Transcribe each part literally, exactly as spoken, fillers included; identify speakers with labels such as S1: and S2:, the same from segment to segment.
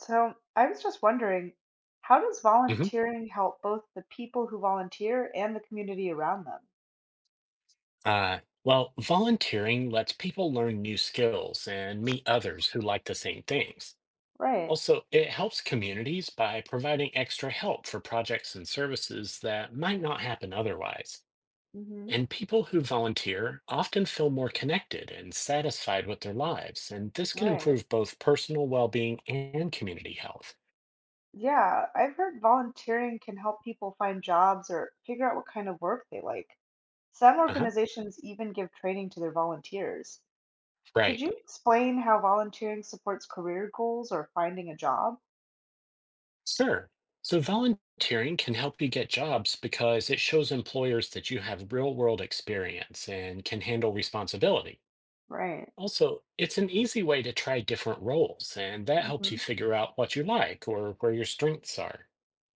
S1: So I was just wondering, how does
S2: Hmm.
S1: volunteering help both the people who volunteer and the community around them?
S2: Uh, well, volunteering lets people learn new skills and meet others who like the same things.
S1: Right.
S2: Also, it helps communities by providing extra help for projects and services that might not happen otherwise.
S1: Hmm.
S2: And people who volunteer often feel more connected and satisfied with their lives, and this can
S1: Right.
S2: improve both personal well being and community health.
S1: Yeah, I've heard volunteering can help people find jobs or figure out what kind of work they like. Some
S2: Uh huh.
S1: organizations even give training to their volunteers. Could
S2: Right.
S1: you explain how volunteering supports career goals or finding a job?
S2: Sure. So volunteering can help you get jobs because it shows employers that you have real world experience and can handle responsibility.
S1: Right.
S2: Also, it's an easy way to try different roles, and that helps you
S1: Hmm.
S2: figure out what you like or where your strengths are.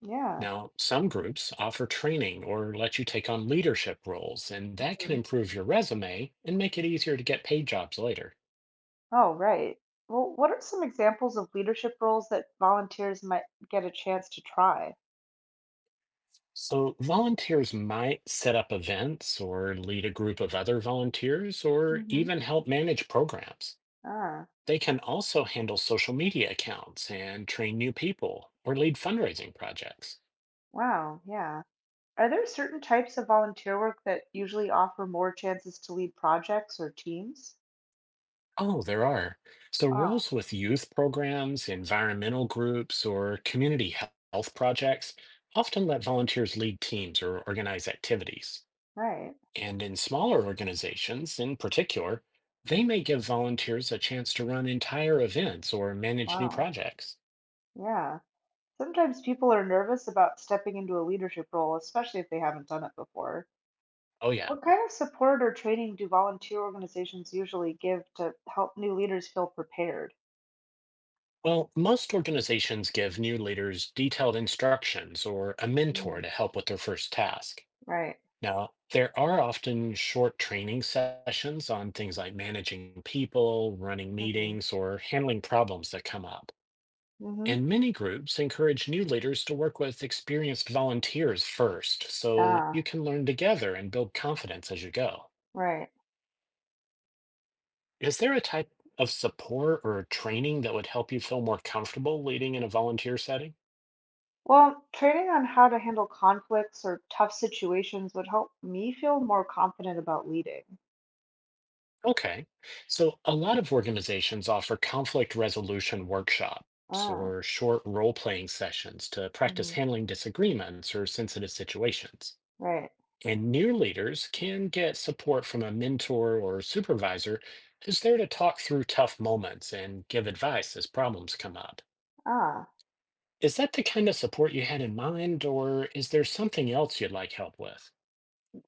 S1: Yeah.
S2: Now, some groups offer training or let you take on leadership roles, and that can improve your resume and make it easier to get paid jobs later.
S1: Oh, right. Well, what are some examples of leadership roles that volunteers might get a chance to try?
S2: So, volunteers might set up events or lead a group of other volunteers or
S1: Hmm.
S2: even help manage programs.
S1: Ah,
S2: They can also handle social media accounts and train new people or lead fundraising projects.
S1: wow, yeah. Are there certain types of volunteer work that usually offer more chances to lead projects or teams?
S2: Oh, there are. So,
S1: Wow,
S2: roles with youth programs, environmental groups, or community he- health projects often let volunteers lead teams or organize activities.
S1: right.
S2: And in smaller organizations, in particular, they may give volunteers a chance to run entire events or manage new
S1: Wow,
S2: projects.
S1: yeah. Sometimes people are nervous about stepping into a leadership role, especially if they haven't done it before.
S2: Oh, yeah.
S1: What kind of support or training do volunteer organizations usually give to help new leaders feel prepared?
S2: Well, most organizations give new leaders detailed instructions or a mentor
S1: Mm,
S2: to help with their first task.
S1: right.
S2: Now, there are often short training sessions on things like managing people, running
S1: Mhm.
S2: meetings, or handling problems that come up.
S1: Mhm.
S2: And many groups encourage new leaders to work with experienced volunteers first, so you
S1: Ah,
S2: can learn together and build confidence as you go.
S1: right.
S2: Is there a type of support or training that would help you feel more comfortable leading in a volunteer setting?
S1: Well, training on how to handle conflicts or tough situations would help me feel more confident about leading.
S2: Okay. So, a lot of organizations offer conflict resolution workshops
S1: Ah.
S2: or short role playing sessions to practice
S1: Hmm.
S2: handling disagreements or sensitive situations.
S1: Right.
S2: And new leaders can get support from a mentor or supervisor who's there to talk through tough moments and give advice as problems come up.
S1: Ah,
S2: Is that the kind of support you had in mind, or is there something else you'd like help with?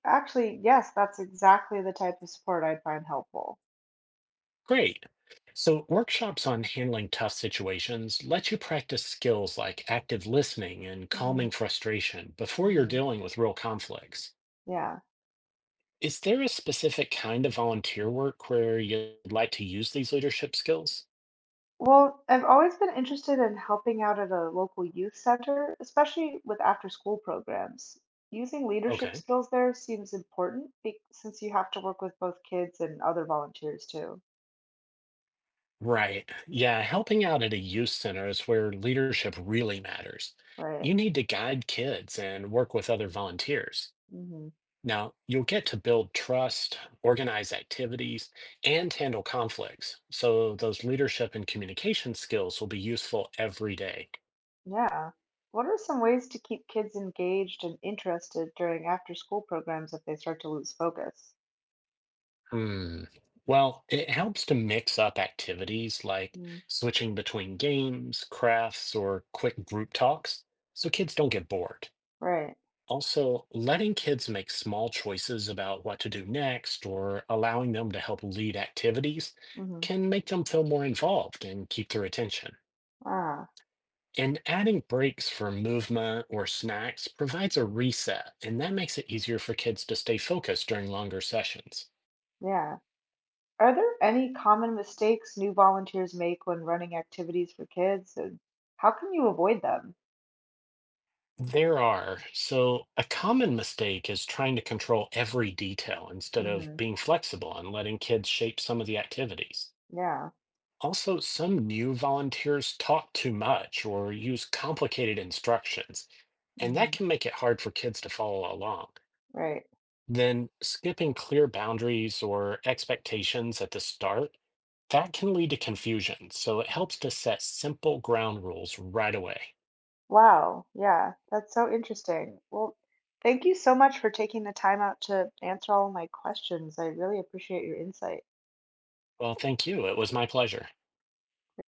S1: actually, yes, that's exactly the type of support I'd find helpful.
S2: Great. So, workshops on handling tough situations let you practice skills like active listening and
S1: Hmm.
S2: calming frustration before you're
S1: Mm,
S2: dealing with real conflicts.
S1: yeah.
S2: Is there a specific kind of volunteer work where you'd like to use these leadership skills?
S1: Well, I've always been interested in helping out at a local youth center, especially with after school programs. Using leadership
S2: Okay.
S1: skills there seems important be- since you have to work with both kids and other volunteers too,
S2: Right. Yeah. Helping out at a youth center is where leadership really matters.
S1: right?
S2: You need to guide kids and work with other volunteers.
S1: Hmm.
S2: Now, you'll get to build trust, organize activities, and handle conflicts. So, those leadership and communication skills will be useful every day.
S1: Yeah. What are some ways to keep kids engaged and interested during after-school programs if they start to lose focus?
S2: Hmm. Well, it helps to mix up activities like
S1: Mm.
S2: switching between games, crafts, or quick group talks so kids don't get bored.
S1: Right.
S2: Also, letting kids make small choices about what to do next or allowing them to help lead activities
S1: Hmm.
S2: can make them feel more involved and keep their attention.
S1: Ah,
S2: And adding breaks for movement or snacks provides a reset, and that makes it easier for kids to stay focused during longer sessions.
S1: yeah. Are there any common mistakes new volunteers make when running activities for kids, and how can you avoid them?
S2: There are. So, a common mistake is trying to control every detail instead of
S1: Hmm.
S2: being flexible and letting kids shape some of the activities.
S1: Yeah.
S2: Also, some new volunteers talk too much or use complicated instructions, and that
S1: Hmm.
S2: can make it hard for kids to follow along.
S1: Right.
S2: Then, skipping clear boundaries or expectations at the start, that can lead to confusion. So, it helps to set simple ground rules right away.
S1: Wow. Yeah. That's so interesting. Well, thank you so much for taking the time out to answer all my questions. I really appreciate your insight.
S2: Well, thank you. It was my pleasure.